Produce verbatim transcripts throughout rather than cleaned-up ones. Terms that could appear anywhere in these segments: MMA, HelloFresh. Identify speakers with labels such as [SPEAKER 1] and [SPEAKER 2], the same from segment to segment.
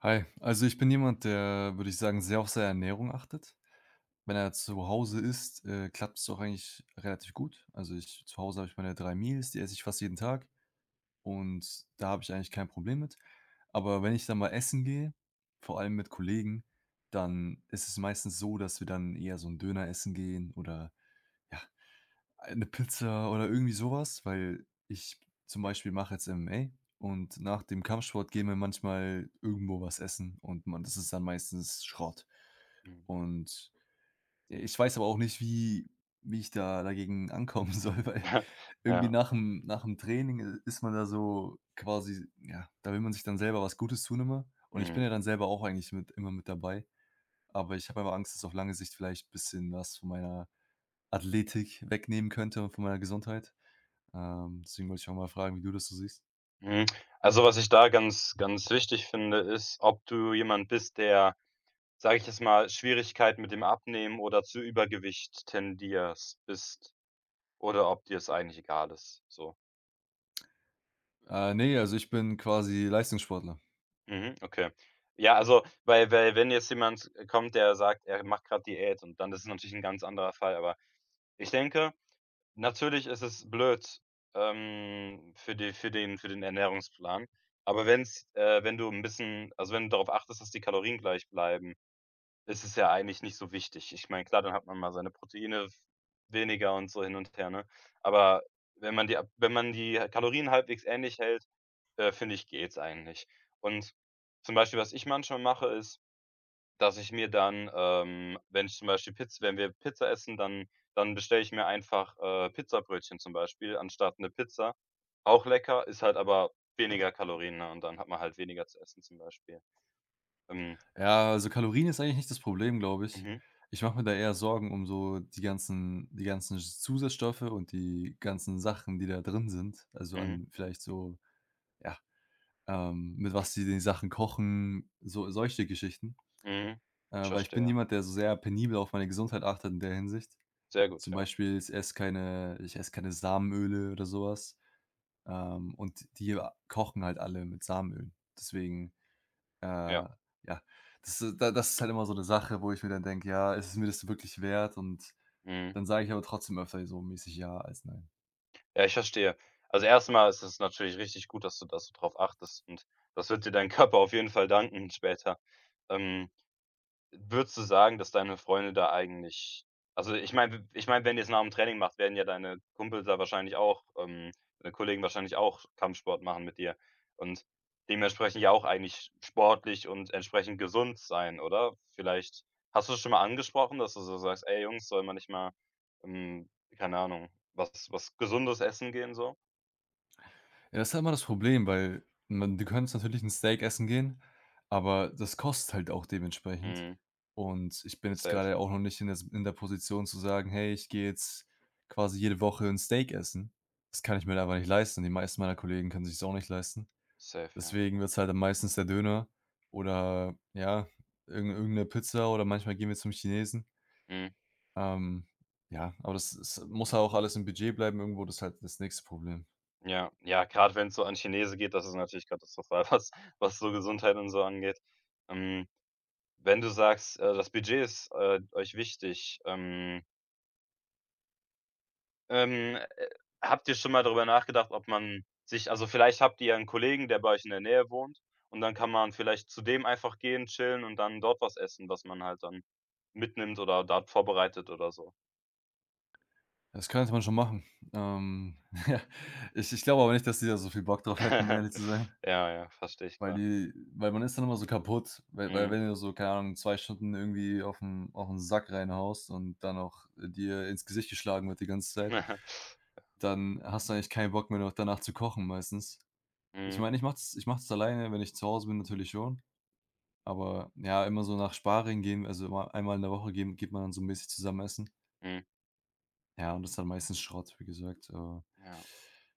[SPEAKER 1] Hi, also ich bin jemand, der, würde ich sagen, sehr auf seine Ernährung achtet. Wenn er zu Hause isst, äh, klappt es auch eigentlich relativ gut. Also ich zu Hause habe ich meine drei Meals, die esse ich fast jeden Tag und da habe ich eigentlich kein Problem mit. Aber wenn ich dann mal essen gehe, vor allem mit Kollegen, dann ist es meistens so, dass wir dann eher so ein Döner essen gehen oder ja, eine Pizza oder irgendwie sowas, weil ich zum Beispiel mache jetzt M M A und nach dem Kampfsport gehen wir manchmal irgendwo was essen und man das ist dann meistens Schrott.
[SPEAKER 2] Mhm.
[SPEAKER 1] Und ja, ich weiß aber auch nicht, wie wie ich da dagegen ankommen soll, weil irgendwie
[SPEAKER 2] Ja,
[SPEAKER 1] nach dem nach dem Training ist man da so quasi ja, da will man sich dann selber was Gutes tun immer und ich
[SPEAKER 2] mhm,
[SPEAKER 1] bin ja dann selber auch eigentlich mit immer mit dabei, aber ich habe aber Angst, dass auf lange Sicht vielleicht ein bisschen was von meiner Athletik wegnehmen könnte und von meiner Gesundheit. Ähm, deswegen wollte ich auch mal fragen, wie du das so siehst.
[SPEAKER 2] mhm. Also, was ich da ganz ganz wichtig finde, ist, ob du jemand bist, der, sage ich jetzt mal, Schwierigkeiten mit dem Abnehmen oder zu Übergewicht tendierst bist, oder ob dir es eigentlich egal ist, so.
[SPEAKER 1] Äh, ne, also ich bin quasi Leistungssportler.
[SPEAKER 2] Mhm, okay. Ja, also, weil weil wenn jetzt jemand kommt, der sagt, er macht gerade Diät, und dann das ist es natürlich ein ganz anderer Fall, aber ich denke, natürlich ist es blöd, ähm, für die für den für den Ernährungsplan. Aber wenn's äh, wenn du ein bisschen, also, wenn du darauf achtest, dass die Kalorien gleich bleiben, ist es ja eigentlich nicht so wichtig. Ich meine, klar, dann hat man mal seine Proteine f weniger und so hin und her, ne? Aber wenn man die ab wenn man die Kalorien halbwegs ähnlich hält, äh, finde ich, geht's eigentlich. Und zum Beispiel, was ich manchmal mache, ist, dass ich mir dann, ähm, wenn ich zum Beispiel Pizza, wenn wir Pizza essen, dann dann bestelle ich mir einfach, äh, Pizzabrötchen zum Beispiel anstatt eine Pizza. Auch lecker, ist halt aber weniger Kalorien, ne, und dann hat man halt weniger zu essen zum Beispiel. Ähm,
[SPEAKER 1] Ja, also Kalorien ist eigentlich nicht das Problem, glaube ich.
[SPEAKER 2] mhm,
[SPEAKER 1] Ich mache mir da eher Sorgen um so die ganzen die ganzen Zusatzstoffe und die ganzen Sachen, die da drin sind. Also
[SPEAKER 2] mhm,
[SPEAKER 1] an vielleicht so ja, ähm, mit was die die Sachen kochen, so solche Geschichten.
[SPEAKER 2] mhm. Ich
[SPEAKER 1] Äh, weil ich bin
[SPEAKER 2] verstehe.
[SPEAKER 1] jemand, der so sehr penibel auf meine Gesundheit achtet in der Hinsicht.
[SPEAKER 2] Sehr gut,
[SPEAKER 1] Zum
[SPEAKER 2] ja,
[SPEAKER 1] Beispiel, ich esse keine ich esse keine Samenöle oder sowas. Ähm, und die a kochen halt alle mit Samenöl. Deswegen, äh,
[SPEAKER 2] ja.
[SPEAKER 1] ja, das ist da das ist halt immer so eine Sache, wo ich mir dann denke: „Ja, ist es mir das wirklich wert?“ Und
[SPEAKER 2] Mhm.
[SPEAKER 1] dann sage ich aber trotzdem öfter so mäßig „ja“ als „nein“.
[SPEAKER 2] Ja, ich verstehe. Also, erstmal ist es natürlich richtig gut, dass du dass du drauf achtest, und das wird dir dein Körper auf jeden Fall danken später. Ähm Würdest du sagen, dass deine Freunde da eigentlich, also, ich meine ich meine, wenn ihr es nach dem Training macht, werden ja deine Kumpels da wahrscheinlich auch ähm, deine Kollegen wahrscheinlich auch Kampfsport machen mit dir, und dementsprechend ja auch eigentlich sportlich und entsprechend gesund sein, oder? Vielleicht hast du es schon mal angesprochen, dass du so sagst: „Ey Jungs, sollen wir nicht mal, hm, keine Ahnung, was was Gesundes essen gehen so?“
[SPEAKER 1] Ja, das ist halt immer das Problem, weil man du könntest natürlich ein Steak essen gehen, aber das kostet halt auch dementsprechend.
[SPEAKER 2] Mhm.
[SPEAKER 1] Und ich bin jetzt
[SPEAKER 2] Safe,
[SPEAKER 1] gerade auch noch nicht in der in der Position zu sagen: „Hey, ich gehe jetzt quasi jede Woche ein Steak essen.“ Das kann ich mir einfach nicht leisten. Die meisten meiner Kollegen können sich sich's auch nicht leisten.
[SPEAKER 2] safe, ja.
[SPEAKER 1] Deswegen wird's halt meistens der Döner oder, ja, irgend irgend 'ne Pizza oder manchmal gehen wir zum Chinesen.
[SPEAKER 2] Mhm.
[SPEAKER 1] Ähm, ja, aber das es muss halt auch alles im Budget bleiben irgendwo, das ist halt das nächste Problem.
[SPEAKER 2] Ja, ja, gerade wenn es so an Chinesen geht, das ist natürlich katastrophal, was was so Gesundheit und so angeht. Ähm, Wenn du sagst, äh, das Budget ist, äh, euch wichtig, ähm, ähm, äh, habt ihr schon mal darüber nachgedacht, ob man sich also, vielleicht habt ihr ja einen Kollegen, der bei euch in der Nähe wohnt, und dann kann man vielleicht zu dem einfach gehen, chillen und dann dort was essen, was man halt dann mitnimmt oder dort vorbereitet oder so.
[SPEAKER 1] Das könnte man schon machen. Ähm, ja, ich ich glaube aber nicht, dass die da so viel Bock drauf hätten, um ehrlich zu sein,
[SPEAKER 2] Ja, ja, verstehe ich,
[SPEAKER 1] weil
[SPEAKER 2] klar.
[SPEAKER 1] die weil man ist dann immer so kaputt, weil weil
[SPEAKER 2] Mhm.
[SPEAKER 1] wenn du so, keine Ahnung, zwei Stunden irgendwie auf den, auf aufm Sack reinhaust und dann auch dir ins Gesicht geschlagen wird die ganze Zeit, dann hast du eigentlich keinen Bock mehr noch danach zu kochen meistens. Ich
[SPEAKER 2] Mhm,
[SPEAKER 1] meine, ich mache das ich mache das alleine, wenn ich zu Hause bin natürlich schon, aber ja, immer so nach Sparring gehen, also immer einmal in der Woche gehen geht man dann so mäßig zusammen essen.
[SPEAKER 2] mhm,
[SPEAKER 1] Ja, und das ist dann meistens Schrott, wie gesagt, äh
[SPEAKER 2] ja.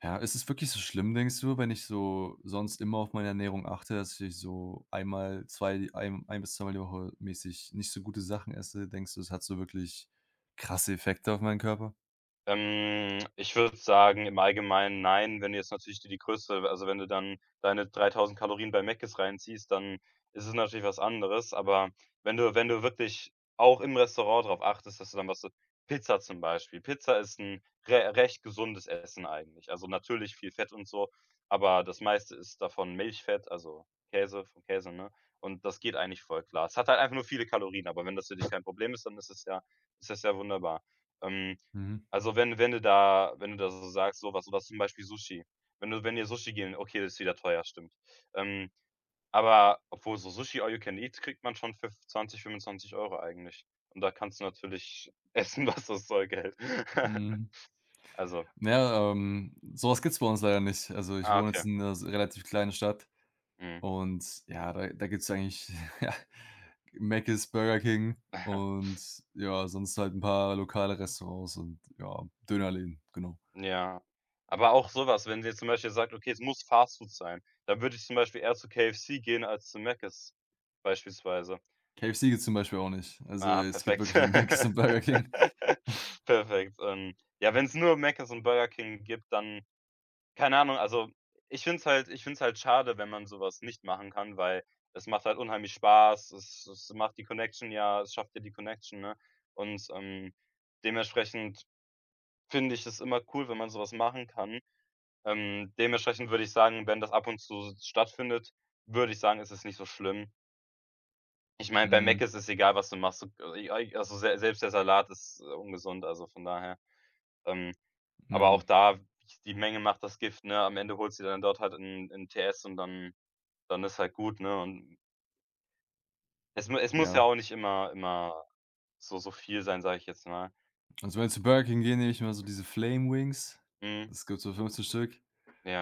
[SPEAKER 1] Ja, ist es wirklich so schlimm, denkst du, wenn ich so sonst immer auf meine Ernährung achte, dass ich so einmal, zwei, ein, ein bis zweimal die Woche mäßig nicht so gute Sachen esse? Denkst du, es hat so wirklich krasse Effekte auf meinen Körper?
[SPEAKER 2] Ähm, ich würde sagen, im Allgemeinen nein. Wenn du jetzt natürlich dir die Größe, also, wenn du dann deine dreitausend Kalorien bei Mc's reinziehst, dann ist es natürlich was anderes, aber wenn du wenn du wirklich auch im Restaurant drauf achtest, dass du dann was so Pizza zum Beispiel. Pizza ist 'n re recht gesundes Essen eigentlich. Also, natürlich viel Fett und so, aber das meiste ist davon Milchfett, also Käse vom Käse, ne? Und das geht eigentlich voll klar. Es hat halt einfach nur viele Kalorien, aber wenn das für dich kein Problem ist, dann ist es ja ist das ja wunderbar. Ähm,
[SPEAKER 1] Mhm.
[SPEAKER 2] also, wenn wenn du da, wenn du da so sagst, so was, oder zum Beispiel Sushi. Wenn du wenn ihr Sushi gehen, okay, das ist wieder teuer, stimmt. Ähm, aber obwohl, so Sushi all you can eat kriegt man schon für zwanzig, fünfundzwanzig Euro eigentlich. Und da kannst du natürlich essen, was das Zeug hält.
[SPEAKER 1] Mhm.
[SPEAKER 2] Also
[SPEAKER 1] Ja, ähm, sowas gibt's bei uns leider nicht. Also ich
[SPEAKER 2] ah,
[SPEAKER 1] wohne jetzt
[SPEAKER 2] okay.
[SPEAKER 1] in einer s- relativ kleinen Stadt
[SPEAKER 2] Mhm.
[SPEAKER 1] und ja, da, da gibt's eigentlich ja, Mc's, Burger King und ja, sonst halt ein paar lokale Restaurants und ja, Dönerläden, genau.
[SPEAKER 2] Ja. Aber auch so was, wenn sie jetzt zum Beispiel sagt: „Okay, es muss Fast Food sein“, dann würde ich zum Beispiel eher zu K F C gehen als zu Mc's beispielsweise.
[SPEAKER 1] K F C gibt's zum Beispiel auch nicht. Also,
[SPEAKER 2] Ah,
[SPEAKER 1] es gibt
[SPEAKER 2] perfekt.
[SPEAKER 1] wirklich nur Mc's und Burger King.
[SPEAKER 2] Perfekt. Ähm, ja, wenn es nur Mc's und Burger King gibt, dann keine Ahnung, also, ich finde es halt ich find's halt schade, wenn man sowas nicht machen kann, weil es macht halt unheimlich Spaß. Es es macht die Connection ja es schafft ja die Connection, ne? Und, ähm, dementsprechend finde ich es immer cool, wenn man sowas machen kann. Ähm, dementsprechend würde ich sagen, wenn das ab und zu stattfindet, würde ich sagen, ist es nicht so schlimm. Ich meine, bei
[SPEAKER 1] Mhm,
[SPEAKER 2] Mac ist es egal, was du machst. Du äh, ei also se selbst der Salat ist, äh, ungesund, also von daher. Ähm, aber
[SPEAKER 1] ne,
[SPEAKER 2] auch da, die Menge macht das Gift, ne? Am Ende holst du dir dann dort halt in 'n T S und dann dann ist halt gut, ne? Und es mu es muss ja
[SPEAKER 1] ja.
[SPEAKER 2] auch nicht immer immer so so viel sein, sage ich jetzt mal.
[SPEAKER 1] Also, wenn wir zu Burger King gehen, nehme ich immer so diese Flame Wings.
[SPEAKER 2] Mhm,
[SPEAKER 1] Es gibt so fünfzehn Stück.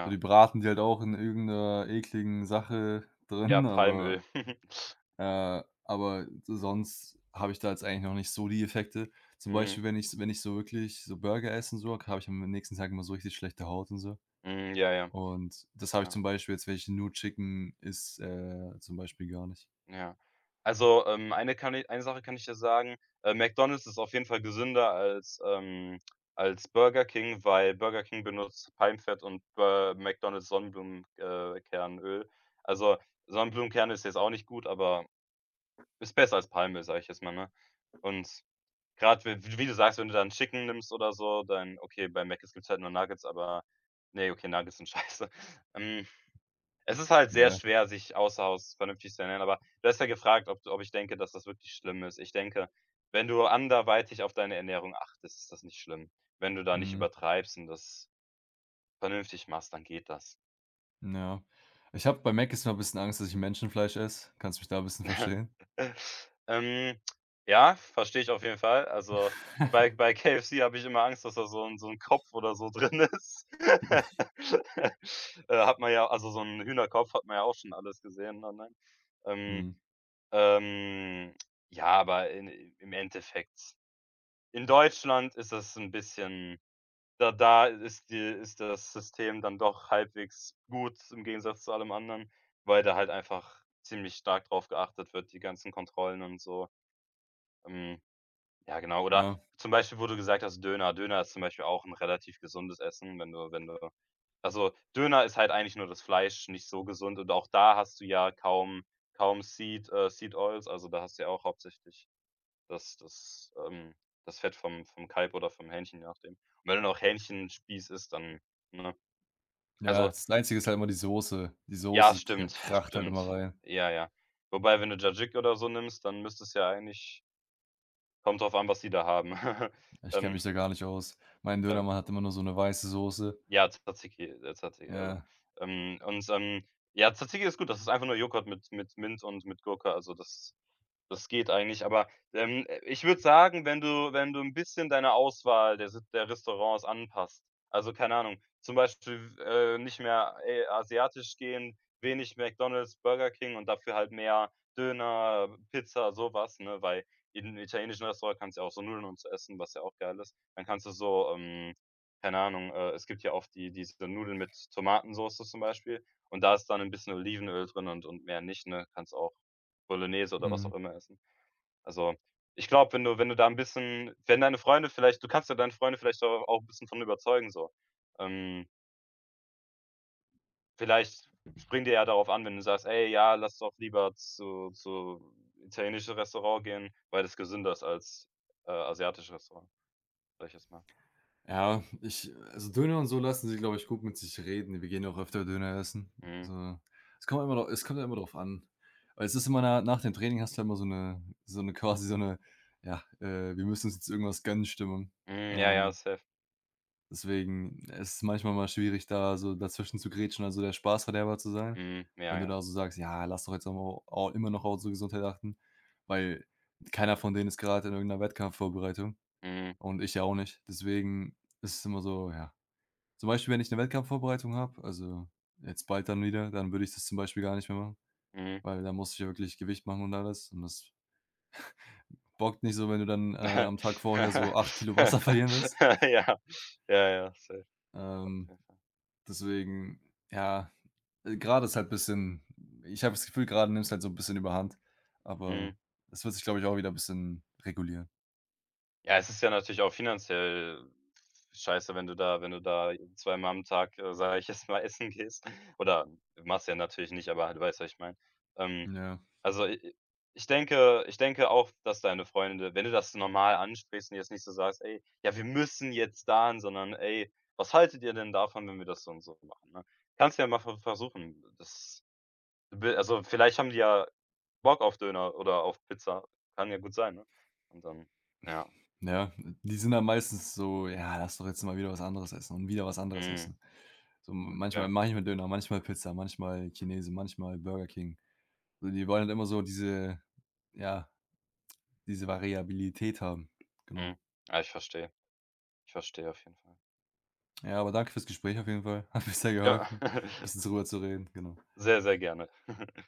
[SPEAKER 1] So, die braten die halt auch in irgend 'ner ekligen Sache
[SPEAKER 2] Ja,
[SPEAKER 1] drin, aber
[SPEAKER 2] Palmöl.
[SPEAKER 1] äh, aber sonst habe ich da jetzt eigentlich noch nicht so die Effekte. Zum
[SPEAKER 2] Mhm,
[SPEAKER 1] Beispiel, wenn ich wenn ich so wirklich so Burger esse und so, habe ich am nächsten Tag immer so richtig schlechte Haut und so.
[SPEAKER 2] mhm, ja, ja,
[SPEAKER 1] Und das habe ich
[SPEAKER 2] ja.
[SPEAKER 1] zum Beispiel jetzt, wenn ich nur Chicken esse, äh, zum Beispiel gar nicht.
[SPEAKER 2] Ja. Also, ähm, eine kann i eine Sache kann ich dir sagen, äh, McDonald's ist auf jeden Fall gesünder als, ähm als Burger King, weil Burger King benutzt Palmfett und Bur McDonald's Sonnenblumenkernöl äh, Kernöl. Also, Sonnenblumenkerne ist jetzt auch nicht gut, aber ist besser als Palmöl, sage ich jetzt mal, ne? Und gerade w wie du sagst, wenn du dann Chicken nimmst oder so, dann okay, bei Mc's gibt's halt nur Nuggets, aber ne, okay, Nuggets sind scheiße. Ähm es ist halt sehr
[SPEAKER 1] Ja,
[SPEAKER 2] schwer, sich außer Haus vernünftig zu ernähren, aber du hast ja gefragt, ob du- ob ich denke, dass das wirklich schlimm ist. Ich denke, wenn du anderweitig auf deine Ernährung achtest, ist das nicht schlimm. Wenn du da nicht
[SPEAKER 1] mhm.
[SPEAKER 2] übertreibst und das vernünftig machst, dann geht das.
[SPEAKER 1] Ja. Ich habe bei Mac Mc's immer ein bisschen Angst, dass ich Menschenfleisch esse. Kannst mich da ein bisschen verstehen?
[SPEAKER 2] Ähm, ja, verstehe ich auf jeden Fall. Also, bei bei K F C habe ich immer Angst, dass da so ein so 'n Kopf oder so drin ist. Äh, hat man ja, also, so 'n Hühnerkopf hat man ja auch schon alles gesehen online. Ähm
[SPEAKER 1] Mhm.
[SPEAKER 2] Ähm, ja, aber in im Endeffekt in Deutschland ist das ein bisschen, da da ist die ist das System dann doch halbwegs gut im Gegensatz zu allem anderen, weil da halt einfach ziemlich stark drauf geachtet wird, die ganzen Kontrollen und so. Ähm, ja genau, oder
[SPEAKER 1] Ja.
[SPEAKER 2] zum Beispiel, wo du gesagt hast, Döner. Döner ist zum Beispiel auch ein relativ gesundes Essen, wenn du wenn du also, Döner ist halt eigentlich nur das Fleisch, nicht so gesund, und auch da hast du ja kaum kaum Seed äh, Seed Oils, also da hast du ja auch hauptsächlich das das, ähm das Fett vom vom Kalb oder vom Hähnchen, je nachdem. Und wenn du noch Hähnchenspieß isst, dann ne?
[SPEAKER 1] Ja,
[SPEAKER 2] Also,
[SPEAKER 1] das Einzige ist halt immer die Soße. Die
[SPEAKER 2] ja,
[SPEAKER 1] Soße k
[SPEAKER 2] stimmt,
[SPEAKER 1] kracht halt
[SPEAKER 2] stimmt.
[SPEAKER 1] immer rein.
[SPEAKER 2] Ja, ja. Wobei, wenn du Tzatziki oder so nimmst, dann müsste es ja eigentlich, kommt drauf an, was die da haben.
[SPEAKER 1] Ich kenne
[SPEAKER 2] Ähm,
[SPEAKER 1] mich da gar nicht aus. Mein
[SPEAKER 2] ähm,
[SPEAKER 1] Dönermann hat immer nur so eine weiße Soße.
[SPEAKER 2] ja, Tzatziki, äh, Tzatziki, also,
[SPEAKER 1] Ja,
[SPEAKER 2] ähm, und, ähm ja, Tzatziki ist gut. Das ist einfach nur Joghurt mit mit Mint und mit Gurke. Also, das das geht eigentlich, aber, ähm, ich würde sagen, wenn du wenn du ein bisschen deine Auswahl der Sit der Restaurants anpasst, also, keine Ahnung, zum Beispiel, äh, nicht mehr, äh, asiatisch gehen, wenig McDonald's, Burger King, und dafür halt mehr Döner, Pizza, sowas, ne? Weil in einem italienischen Restaurant kannst du ja auch so Nudeln und so essen, was ja auch geil ist. Dann kannst du so, ähm, keine Ahnung, äh, es gibt ja oft die diese Nudeln mit Tomatensoße zum Beispiel, und da ist dann ein bisschen Olivenöl drin und und mehr nicht, ne? Kannst auch Bolognese oder was auch
[SPEAKER 1] mhm.
[SPEAKER 2] immer essen. Also, ich glaube, wenn du wenn du da ein bisschen, wenn deine Freunde vielleicht du kannst ja deine Freunde vielleicht au auch ein bisschen von überzeugen so. Ähm, vielleicht springen die ja darauf an, wenn du sagst: „Ey, ja, lass doch lieber zu zu italienische Restaurant gehen, weil das gesünder ist als, äh, asiatische Restaurant“, sage ich jetzt mal.
[SPEAKER 1] Ja, ich also Döner und so lassen sich, glaube ich, gut mit sich reden. Wir gehen auch öfter Döner essen.
[SPEAKER 2] Mhm.
[SPEAKER 1] So, es kommt immer dra es kommt ja immer drauf an. Weil es ist immer na nach dem Training hast du ja immer so eine so eine quasi so eine ja, äh, wir müssen uns jetzt irgendwas gönnen Stimmung.
[SPEAKER 2] Mhm, ja, ja,
[SPEAKER 1] Ähm,
[SPEAKER 2] safe.
[SPEAKER 1] Deswegen ist es manchmal mal schwierig, da so dazwischen zu grätschen, also der Spaßverderber zu sein.
[SPEAKER 2] Mhm, ja,
[SPEAKER 1] Wenn du
[SPEAKER 2] ja.
[SPEAKER 1] da so sagst: „Ja, lass doch jetzt auch mal immer noch auf unsere Gesundheit achten“, weil keiner von denen ist gerade in irgendeiner 'ner Wettkampfvorbereitung
[SPEAKER 2] Mhm,
[SPEAKER 1] und ich ja auch nicht. Deswegen ist es immer so, ja. Zum Beispiel, wenn ich 'ne Wettkampfvorbereitung habe, also jetzt bald dann wieder, dann würde ich das zum Beispiel gar nicht mehr machen,
[SPEAKER 2] mhm.
[SPEAKER 1] weil da musste ich ja wirklich Gewicht machen und alles und das bockt nicht so, wenn du dann, äh, am Tag vorher so acht Kilo Wasser verlieren willst.
[SPEAKER 2] Ja. Ja, ja, safe.
[SPEAKER 1] Ähm,
[SPEAKER 2] Auf
[SPEAKER 1] Deswegen, ja, äh, grade ist halt bisschen ich habe das Gefühl, grade nimmt's halt so 'n bisschen überhand, aber
[SPEAKER 2] Mhm.
[SPEAKER 1] es wird sich, glaube ich, auch wieder bisschen regulieren.
[SPEAKER 2] Ja, es ist ja natürlich auch finanziell scheiße, wenn du da, wenn du da zweimal am Tag, äh, sage ich jetzt mal, essen gehst, oder machst ja natürlich nicht, aber du weißt, was ich meine. Ähm,
[SPEAKER 1] Ja.
[SPEAKER 2] also, i ich denke, ich denke auch, dass deine Freunde, wenn du das normal ansprichst und jetzt nicht so sagst: „Ey, ja, wir müssen jetzt dahin“, sondern: „Ey, was haltet ihr denn davon, wenn wir das so und so machen“, ne? Kannst ja mal ver versuchen. Das be also, vielleicht haben die ja Bock auf Döner oder auf Pizza. Kann ja gut sein, ne? Und dann ja.
[SPEAKER 1] Ja, die sind dann meistens so: „Ja, lass doch jetzt mal wieder was anderes essen und wieder was anderes
[SPEAKER 2] Mhm,
[SPEAKER 1] essen.“ So manchmal
[SPEAKER 2] okay.
[SPEAKER 1] mache ich manchmal Döner, manchmal Pizza, manchmal Chinese, manchmal Burger King. So, die wollen halt immer so diese ja, diese Variabilität haben, genau.
[SPEAKER 2] Mhm. Ja, ich verstehe. Ich verstehe auf jeden Fall.
[SPEAKER 1] Ja, aber danke fürs Gespräch auf jeden Fall. Hat mir sehr
[SPEAKER 2] Ja,
[SPEAKER 1] geholfen, ein bisschen drüber zu reden, genau.
[SPEAKER 2] sehr, sehr gerne.